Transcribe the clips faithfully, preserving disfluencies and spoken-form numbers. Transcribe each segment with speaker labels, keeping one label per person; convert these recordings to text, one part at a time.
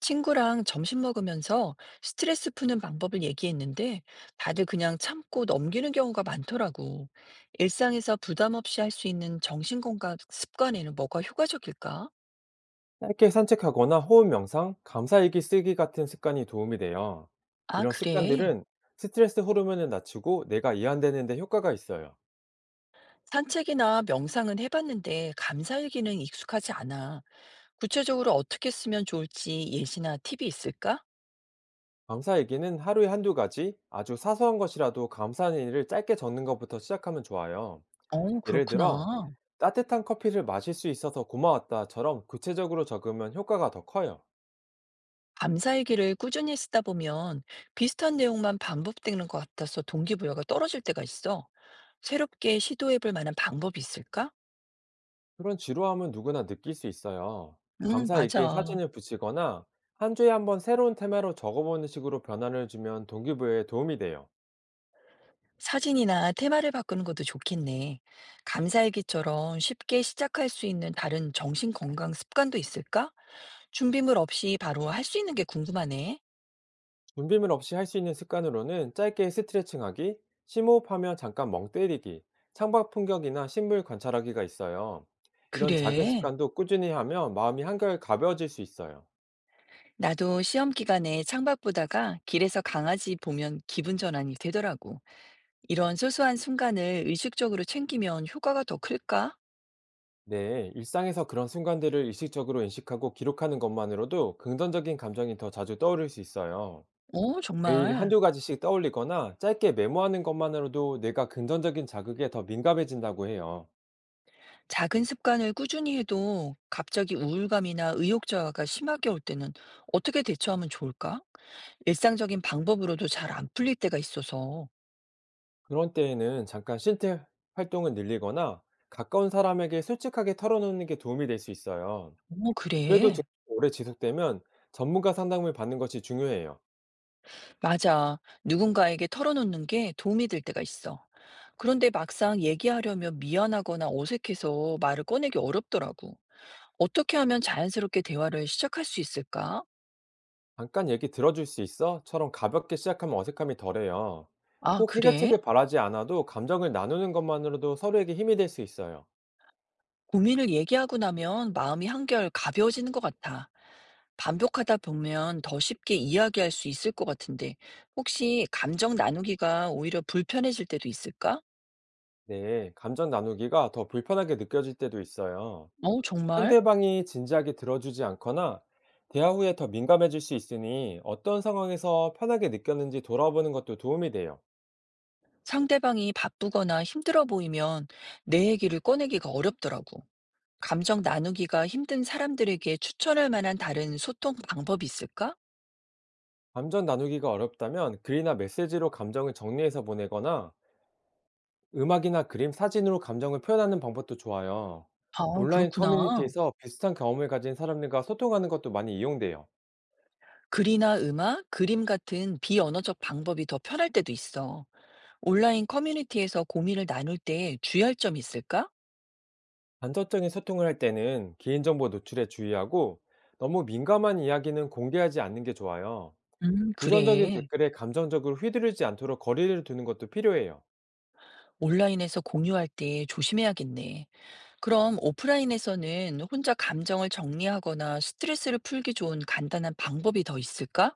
Speaker 1: 친구랑 점심 먹으면서 스트레스 푸는 방법을 얘기했는데 다들 그냥 참고 넘기는 경우가 많더라고. 일상에서 부담 없이 할 수 있는 정신 건강 습관에는 뭐가 효과적일까?
Speaker 2: 짧게 산책하거나 호흡 명상, 감사일기 쓰기 같은 습관이 도움이 돼요.
Speaker 1: 아,
Speaker 2: 이런
Speaker 1: 그래.
Speaker 2: 습관들은 스트레스 호르몬을 낮추고 내가 이완되는 데 효과가 있어요.
Speaker 1: 산책이나 명상은 해봤는데 감사일기는 익숙하지 않아. 구체적으로 어떻게 쓰면 좋을지 예시나 팁이 있을까?
Speaker 2: 감사일기는 하루에 한두 가지, 아주 사소한 것이라도 감사한 일을 짧게 적는 것부터 시작하면 좋아요.
Speaker 1: 어,
Speaker 2: 예를 들어,
Speaker 1: 그렇구나.
Speaker 2: 따뜻한 커피를 마실 수 있어서 고마웠다처럼 구체적으로 적으면 효과가 더 커요.
Speaker 1: 감사일기를 꾸준히 쓰다 보면 비슷한 내용만 반복되는 것 같아서 동기부여가 떨어질 때가 있어. 새롭게 시도해 볼 만한 방법이 있을까?
Speaker 2: 그런 지루함은 누구나 느낄 수 있어요.
Speaker 1: 음,
Speaker 2: 감사일기에
Speaker 1: 맞아.
Speaker 2: 사진을 붙이거나 한 주에 한번 새로운 테마로 적어보는 식으로 변화를 주면 동기부여에 도움이 돼요.
Speaker 1: 사진이나 테마를 바꾸는 것도 좋겠네. 감사일기처럼 쉽게 시작할 수 있는 다른 정신건강 습관도 있을까? 준비물 없이 바로 할 수 있는 게 궁금하네.
Speaker 2: 준비물 없이 할 수 있는 습관으로는 짧게 스트레칭하기, 심호흡하며 잠깐 멍 때리기, 창밖 풍경이나 식물 관찰하기가 있어요. 이런 작은
Speaker 1: 그래.
Speaker 2: 습관도 꾸준히 하면 마음이 한결 가벼워질 수 있어요.
Speaker 1: 나도 시험 기간에 창밖 보다가 길에서 강아지 보면 기분 전환이 되더라고. 이런 소소한 순간을 의식적으로 챙기면 효과가 더 클까?
Speaker 2: 네, 일상에서 그런 순간들을 의식적으로 인식하고 기록하는 것만으로도 긍정적인 감정이 더 자주 떠오를 수 있어요.
Speaker 1: 어,
Speaker 2: 매일
Speaker 1: 정말.
Speaker 2: 한두 가지씩 떠올리거나 짧게 메모하는 것만으로도 뇌가 긍정적인 자극에 더 민감해진다고 해요.
Speaker 1: 작은 습관을 꾸준히 해도 갑자기 우울감이나 의욕 저하가 심하게 올 때는 어떻게 대처하면 좋을까? 일상적인 방법으로도 잘 안 풀릴 때가 있어서.
Speaker 2: 그런 때에는 잠깐 신체 활동을 늘리거나 가까운 사람에게 솔직하게 털어놓는 게 도움이 될 수 있어요.
Speaker 1: 어,
Speaker 2: 그래도 증상이
Speaker 1: 그래.
Speaker 2: 오래 지속되면 전문가 상담을 받는 것이 중요해요.
Speaker 1: 맞아. 누군가에게 털어놓는 게 도움이 될 때가 있어. 그런데 막상 얘기하려면 미안하거나 어색해서 말을 꺼내기 어렵더라고. 어떻게 하면 자연스럽게 대화를 시작할 수 있을까?
Speaker 2: "잠깐 얘기 들어줄 수 있어?"처럼 가볍게 시작하면 어색함이 덜해요.
Speaker 1: 아,
Speaker 2: 꼭
Speaker 1: 그래?
Speaker 2: 해결책을 바라지 않아도 감정을 나누는 것만으로도 서로에게 힘이 될 수 있어요.
Speaker 1: 고민을 얘기하고 나면 마음이 한결 가벼워지는 것 같아. 반복하다 보면 더 쉽게 이야기할 수 있을 것 같은데, 혹시 감정 나누기가 오히려 불편해질 때도 있을까?
Speaker 2: 네, 감정 나누기가 더 불편하게 느껴질 때도 있어요.
Speaker 1: 어, 정말?
Speaker 2: 상대방이 진지하게 들어주지 않거나 대화 후에 더 민감해질 수 있으니, 어떤 상황에서 편하게 느꼈는지 돌아보는 것도 도움이 돼요.
Speaker 1: 상대방이 바쁘거나 힘들어 보이면 내 얘기를 꺼내기가 어렵더라고. 감정 나누기가 힘든 사람들에게 추천할 만한 다른 소통 방법이 있을까?
Speaker 2: 감정 나누기가 어렵다면 글이나 메시지로 감정을 정리해서 보내거나, 음악이나 그림, 사진으로 감정을 표현하는 방법도 좋아요.
Speaker 1: 아,
Speaker 2: 온라인
Speaker 1: 그렇구나.
Speaker 2: 커뮤니티에서 비슷한 경험을 가진 사람들과 소통하는 것도 많이 이용돼요.
Speaker 1: 글이나 음악, 그림 같은 비언어적 방법이 더 편할 때도 있어. 온라인 커뮤니티에서 고민을 나눌 때 주의할 점이 있을까?
Speaker 2: 간접적인 소통을 할 때는 개인정보 노출에 주의하고, 너무 민감한 이야기는 공개하지 않는 게 좋아요.
Speaker 1: 음,
Speaker 2: 부정적인
Speaker 1: 그래.
Speaker 2: 댓글에 감정적으로 휘두르지 않도록 거리를 두는 것도 필요해요.
Speaker 1: 온라인에서 공유할 때 조심해야겠네. 그럼 오프라인에서는 혼자 감정을 정리하거나 스트레스를 풀기 좋은 간단한 방법이 더 있을까?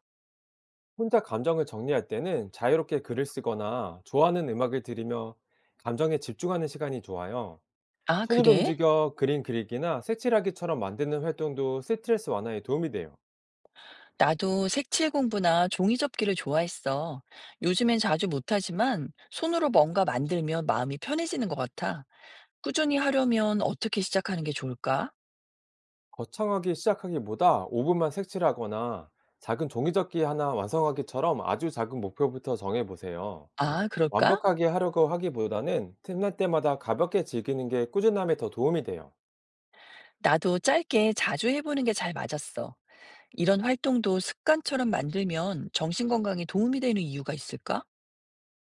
Speaker 2: 혼자 감정을 정리할 때는 자유롭게 글을 쓰거나 좋아하는 음악을 들으며 감정에 집중하는 시간이 좋아요.
Speaker 1: 아,
Speaker 2: 손으로
Speaker 1: 그래?
Speaker 2: 움직여 그림 그리기나 색칠하기처럼 만드는 활동도 스트레스 완화에 도움이 돼요.
Speaker 1: 나도 색칠 공부나 종이 접기를 좋아했어. 요즘엔 자주 못하지만 손으로 뭔가 만들면 마음이 편해지는 것 같아. 꾸준히 하려면 어떻게 시작하는 게 좋을까?
Speaker 2: 거창하게 시작하기보다 오 분만 색칠하거나 작은 종이접기 하나 완성하기처럼 아주 작은 목표부터 정해보세요.
Speaker 1: 아, 그럴까?
Speaker 2: 완벽하게 하려고 하기보다는 틈날 때마다 가볍게 즐기는 게 꾸준함에 더 도움이 돼요.
Speaker 1: 나도 짧게 자주 해보는 게 잘 맞았어. 이런 활동도 습관처럼 만들면 정신 건강에 도움이 되는 이유가 있을까?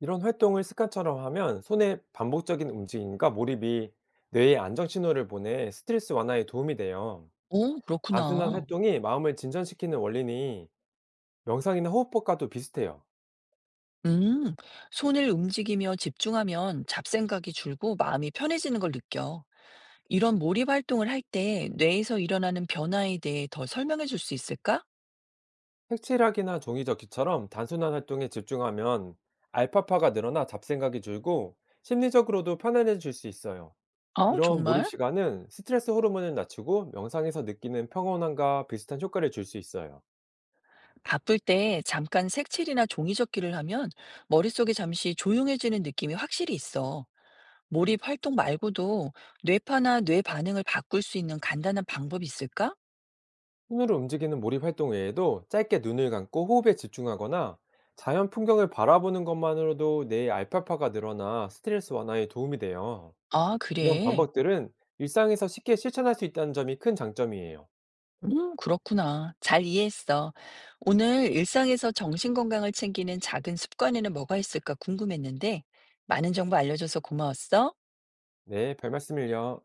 Speaker 2: 이런 활동을 습관처럼 하면 손의 반복적인 움직임과 몰입이 뇌에 안정 신호를 보내 스트레스 완화에 도움이 돼요.
Speaker 1: 어
Speaker 2: 단순한
Speaker 1: 그렇구나.
Speaker 2: 활동이 마음을 진전시키는 원리니 명상이나 호흡법과도 비슷해요.
Speaker 1: 음. 손을 움직이며 집중하면 잡생각이 줄고 마음이 편해지는 걸 느껴. 이런 몰입 활동을 할 때 뇌에서 일어나는 변화에 대해 더 설명해 줄 수 있을까?
Speaker 2: 색칠하기나 종이접기처럼 단순한 활동에 집중하면 알파파가 늘어나 잡생각이 줄고 심리적으로도 편안해질 수 있어요.
Speaker 1: 어,
Speaker 2: 이런
Speaker 1: 정말?
Speaker 2: 몰입 시간은 스트레스 호르몬을 낮추고 명상에서 느끼는 평온함과 비슷한 효과를 줄 수 있어요.
Speaker 1: 바쁠 때 잠깐 색칠이나 종이 접기를 하면 머릿속이 잠시 조용해지는 느낌이 확실히 있어. 몰입 활동 말고도 뇌파나 뇌 반응을 바꿀 수 있는 간단한 방법이 있을까?
Speaker 2: 손으로 움직이는 몰입 활동 외에도 짧게 눈을 감고 호흡에 집중하거나 자연 풍경을 바라보는 것만으로도 뇌의 알파파가 늘어나 스트레스 완화에 도움이 돼요.
Speaker 1: 아,
Speaker 2: 이런
Speaker 1: 그래.
Speaker 2: 방법들은 일상에서 쉽게 실천할 수 있다는 점이 큰 장점이에요.
Speaker 1: 음, 그렇구나. 잘 이해했어. 오늘 일상에서 정신건강을 챙기는 작은 습관에는 뭐가 있을까 궁금했는데, 많은 정보 알려줘서 고마웠어.
Speaker 2: 네, 별 말씀을요.